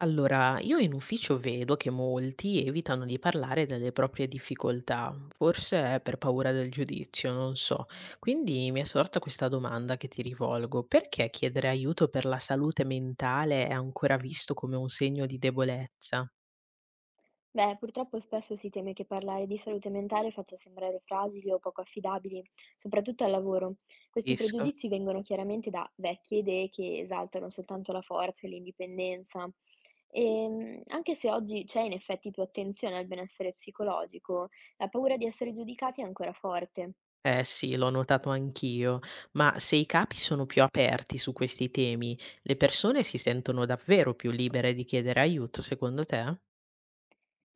Allora, io in ufficio vedo che molti evitano di parlare delle proprie difficoltà, forse è per paura del giudizio, non so. Quindi mi è sorta questa domanda che ti rivolgo: perché chiedere aiuto per la salute mentale è ancora visto come un segno di debolezza? Beh, purtroppo spesso si teme che parlare di salute mentale faccia sembrare fragili o poco affidabili, soprattutto al lavoro. Questi Capisco. pregiudizi vengono chiaramente da vecchie idee che esaltano soltanto la forza e l'indipendenza. E anche se oggi c'è in effetti più attenzione al benessere psicologico, la paura di essere giudicati è ancora forte. Eh sì, l'ho notato anch'io, ma se i capi sono più aperti su questi temi, le persone si sentono davvero più libere di chiedere aiuto, secondo te?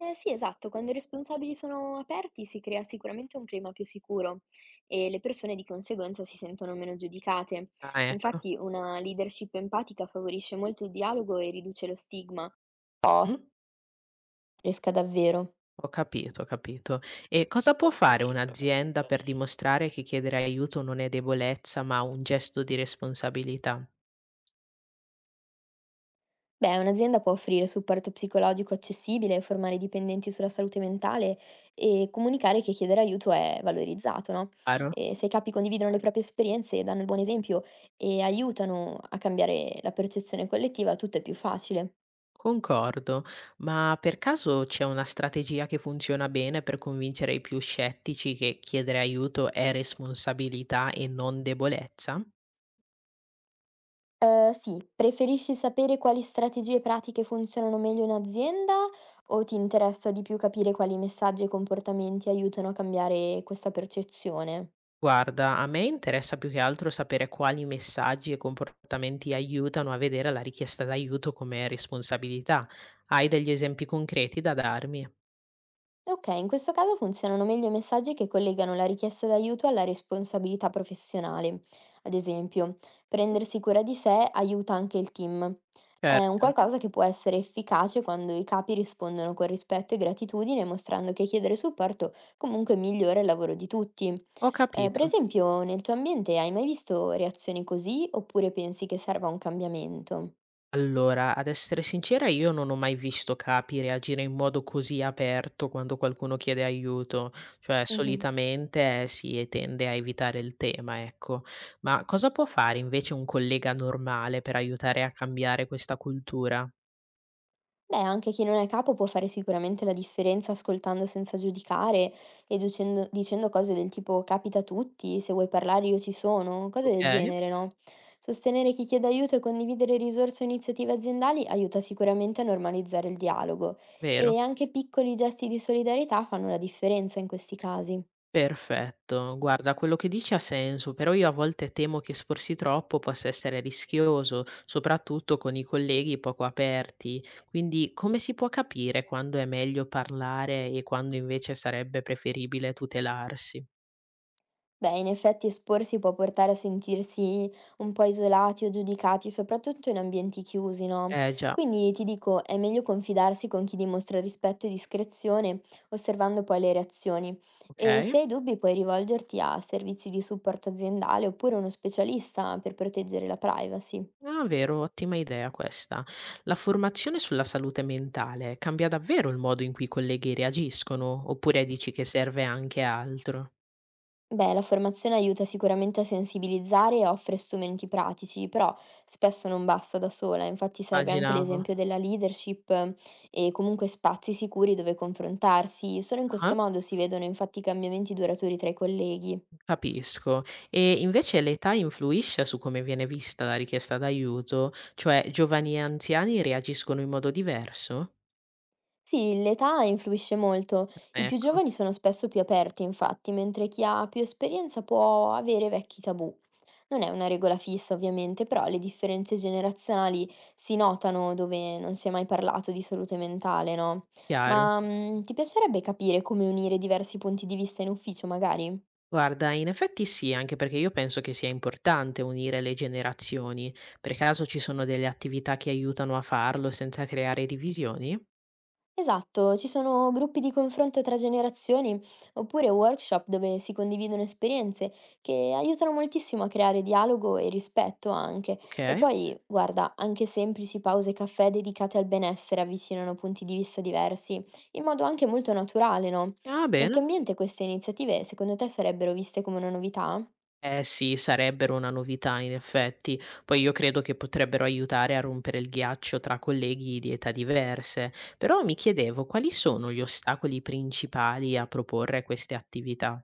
Eh sì, esatto, quando i responsabili sono aperti si crea sicuramente un clima più sicuro e le persone di conseguenza si sentono meno giudicate. Ah, ecco. Infatti una leadership empatica favorisce molto il dialogo e riduce lo stigma, però si Mm? cresca davvero. Ho capito, ho capito. E cosa può fare un'azienda per dimostrare che chiedere aiuto non è debolezza, ma un gesto di responsabilità? Beh, un'azienda può offrire supporto psicologico accessibile, formare i dipendenti sulla salute mentale e comunicare che chiedere aiuto è valorizzato, no? Chiaro? E se i capi condividono le proprie esperienze, danno il buon esempio e aiutano a cambiare la percezione collettiva, tutto è più facile. Concordo, ma per caso c'è una strategia che funziona bene per convincere i più scettici che chiedere aiuto è responsabilità e non debolezza? Sì, preferisci sapere quali strategie pratiche funzionano meglio in azienda o ti interessa di più capire quali messaggi e comportamenti aiutano a cambiare questa percezione? Guarda, a me interessa più che altro sapere quali messaggi e comportamenti aiutano a vedere la richiesta d'aiuto come responsabilità. Hai degli esempi concreti da darmi? Okay, in questo caso funzionano meglio i messaggi che collegano la richiesta d'aiuto alla responsabilità professionale. Ad esempio, prendersi cura di sé aiuta anche il team. È un Certo, qualcosa che può essere efficace quando i capi rispondono con rispetto e gratitudine, mostrando che chiedere supporto comunque migliora il lavoro di tutti. ho Per capito. esempio, nel tuo ambiente hai mai visto reazioni così oppure pensi che serva un cambiamento? Allora, ad essere sincera, io non ho mai visto capi reagire in modo così aperto quando qualcuno chiede aiuto, cioè Mhm. solitamente si tende a evitare il tema, ecco. Ma cosa può fare invece un collega normale per aiutare a cambiare questa cultura? Beh, anche chi non è capo può fare sicuramente la differenza ascoltando senza giudicare e dicendo cose del tipo capita a tutti, se vuoi parlare io ci sono, cose Ok, del genere, no? Sostenere chi chiede aiuto e condividere risorse o iniziative aziendali aiuta sicuramente a normalizzare il dialogo vero? e anche piccoli gesti di solidarietà fanno la differenza in questi casi. Perfetto, guarda, quello che dici ha senso, però io a volte temo che esporsi troppo possa essere rischioso, soprattutto con i colleghi poco aperti. Quindi come si può capire quando è meglio parlare e quando invece sarebbe preferibile tutelarsi? Beh, in effetti esporsi può portare a sentirsi un po' isolati o giudicati, soprattutto in ambienti chiusi, no? Eh già, Quindi ti dico, è meglio confidarsi con chi dimostra rispetto e discrezione, osservando poi le reazioni. E ok. se hai dubbi, puoi rivolgerti a servizi di supporto aziendale oppure uno specialista per proteggere la privacy. Ah, vero, ottima idea questa. La formazione sulla salute mentale cambia davvero il modo in cui i colleghi reagiscono, oppure dici che serve anche altro? Beh, la formazione aiuta sicuramente a sensibilizzare e offre strumenti pratici, però spesso non basta da sola, infatti serve anche Immaginavo. l'esempio della leadership, e comunque spazi sicuri dove confrontarsi. Solo in Ah. questo modo si vedono infatti i cambiamenti duraturi tra i colleghi. Capisco. E invece l'età influisce su come viene vista la richiesta d'aiuto? Cioè, giovani e anziani reagiscono in modo diverso? Sì, l'età influisce molto. I più Ecco, giovani sono spesso più aperti, infatti, mentre chi ha più esperienza può avere vecchi tabù. Non è una regola fissa, ovviamente, però le differenze generazionali si notano dove non si è mai parlato di salute mentale, no? chiaro. Ma ti piacerebbe capire come unire diversi punti di vista in ufficio, magari? Guarda, in effetti sì, anche perché io penso che sia importante unire le generazioni. Per caso ci sono delle attività che aiutano a farlo senza creare divisioni? Esatto, ci sono gruppi di confronto tra generazioni oppure workshop dove si condividono esperienze che aiutano moltissimo a creare dialogo e rispetto anche. Ok. E poi, guarda, anche semplici pause caffè dedicate al benessere avvicinano punti di vista diversi, in modo anche molto naturale, no? Ah, Nel tuo bene. ambiente queste iniziative secondo te sarebbero viste come una novità? Eh sì, sarebbero una novità in effetti. Poi io credo che potrebbero aiutare a rompere il ghiaccio tra colleghi di età diverse, però mi chiedevo quali sono gli ostacoli principali a proporre queste attività.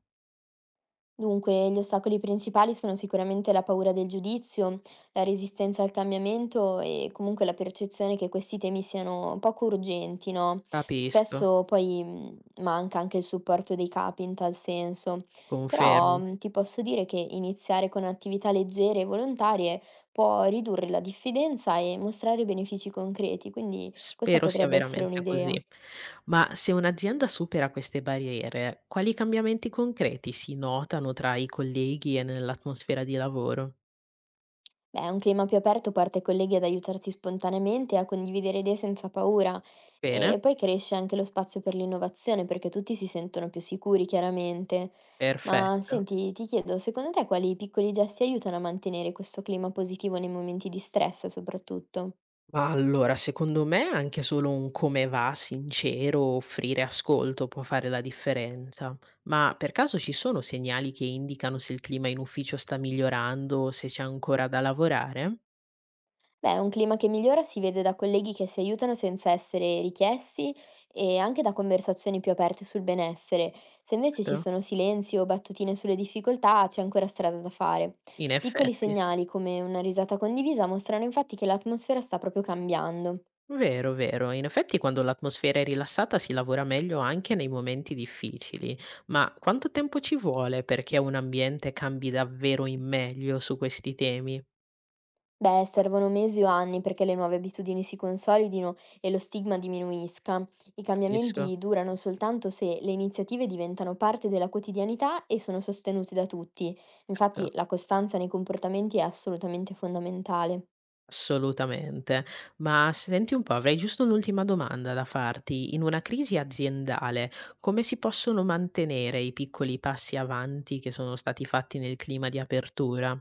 Dunque, gli ostacoli principali sono sicuramente la paura del giudizio, la resistenza al cambiamento e comunque la percezione che questi temi siano poco urgenti, no? Capisco, Spesso poi manca anche il supporto dei capi in tal senso. Però confermo. Ti posso dire che iniziare con attività leggere e volontarie può ridurre la diffidenza e mostrare benefici concreti, quindi questa Spero sia potrebbe essere veramente così. un'idea. Ma se un'azienda supera queste barriere, quali cambiamenti concreti si notano tra i colleghi e nell'atmosfera di lavoro? Beh, un clima più aperto porta i colleghi ad aiutarsi spontaneamente e a condividere idee senza paura Bene, e poi cresce anche lo spazio per l'innovazione perché tutti si sentono più sicuri, chiaramente. Ma perfetto. senti, ti chiedo, secondo te quali piccoli gesti aiutano a mantenere questo clima positivo nei momenti di stress soprattutto? Ma allora, secondo me anche solo un come va sincero, offrire ascolto può fare la differenza. Ma per caso ci sono segnali che indicano se il clima in ufficio sta migliorando o se c'è ancora da lavorare? Beh, un clima che migliora si vede da colleghi che si aiutano senza essere richiesti e anche da conversazioni più aperte sul benessere. Se invece ci Certo. sono silenzi o battutine sulle difficoltà, c'è ancora strada da fare. In Piccoli effetti, segnali come una risata condivisa mostrano infatti che l'atmosfera sta proprio cambiando. vero, vero. In effetti quando l'atmosfera è rilassata si lavora meglio anche nei momenti difficili. Ma quanto tempo ci vuole perché un ambiente cambi davvero in meglio su questi temi? Beh, servono mesi o anni perché le nuove abitudini si consolidino e lo stigma diminuisca. I Capisco. cambiamenti durano soltanto se le iniziative diventano parte della quotidianità e sono sostenute da tutti. Certo. Infatti, la costanza nei comportamenti è assolutamente fondamentale. Assolutamente. Ma senti un po', avrei giusto un'ultima domanda da farti. In una crisi aziendale, come si possono mantenere i piccoli passi avanti che sono stati fatti nel clima di apertura?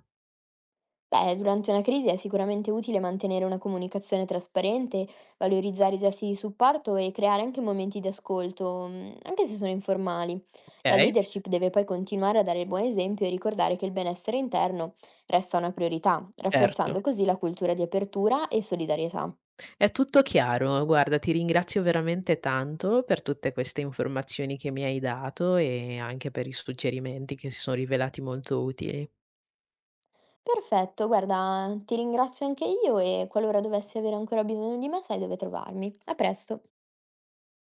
Beh, durante una crisi è sicuramente utile mantenere una comunicazione trasparente, valorizzare i gesti di supporto e creare anche momenti di ascolto, anche se sono informali. La Okay, leadership deve poi continuare a dare il buon esempio e ricordare che il benessere interno resta una priorità, certo. rafforzando così la cultura di apertura e solidarietà. È tutto chiaro. Guarda, ti ringrazio veramente tanto per tutte queste informazioni che mi hai dato e anche per i suggerimenti che si sono rivelati molto utili. Perfetto, guarda, ti ringrazio anche io e qualora dovessi avere ancora bisogno di me, sai dove trovarmi. A presto!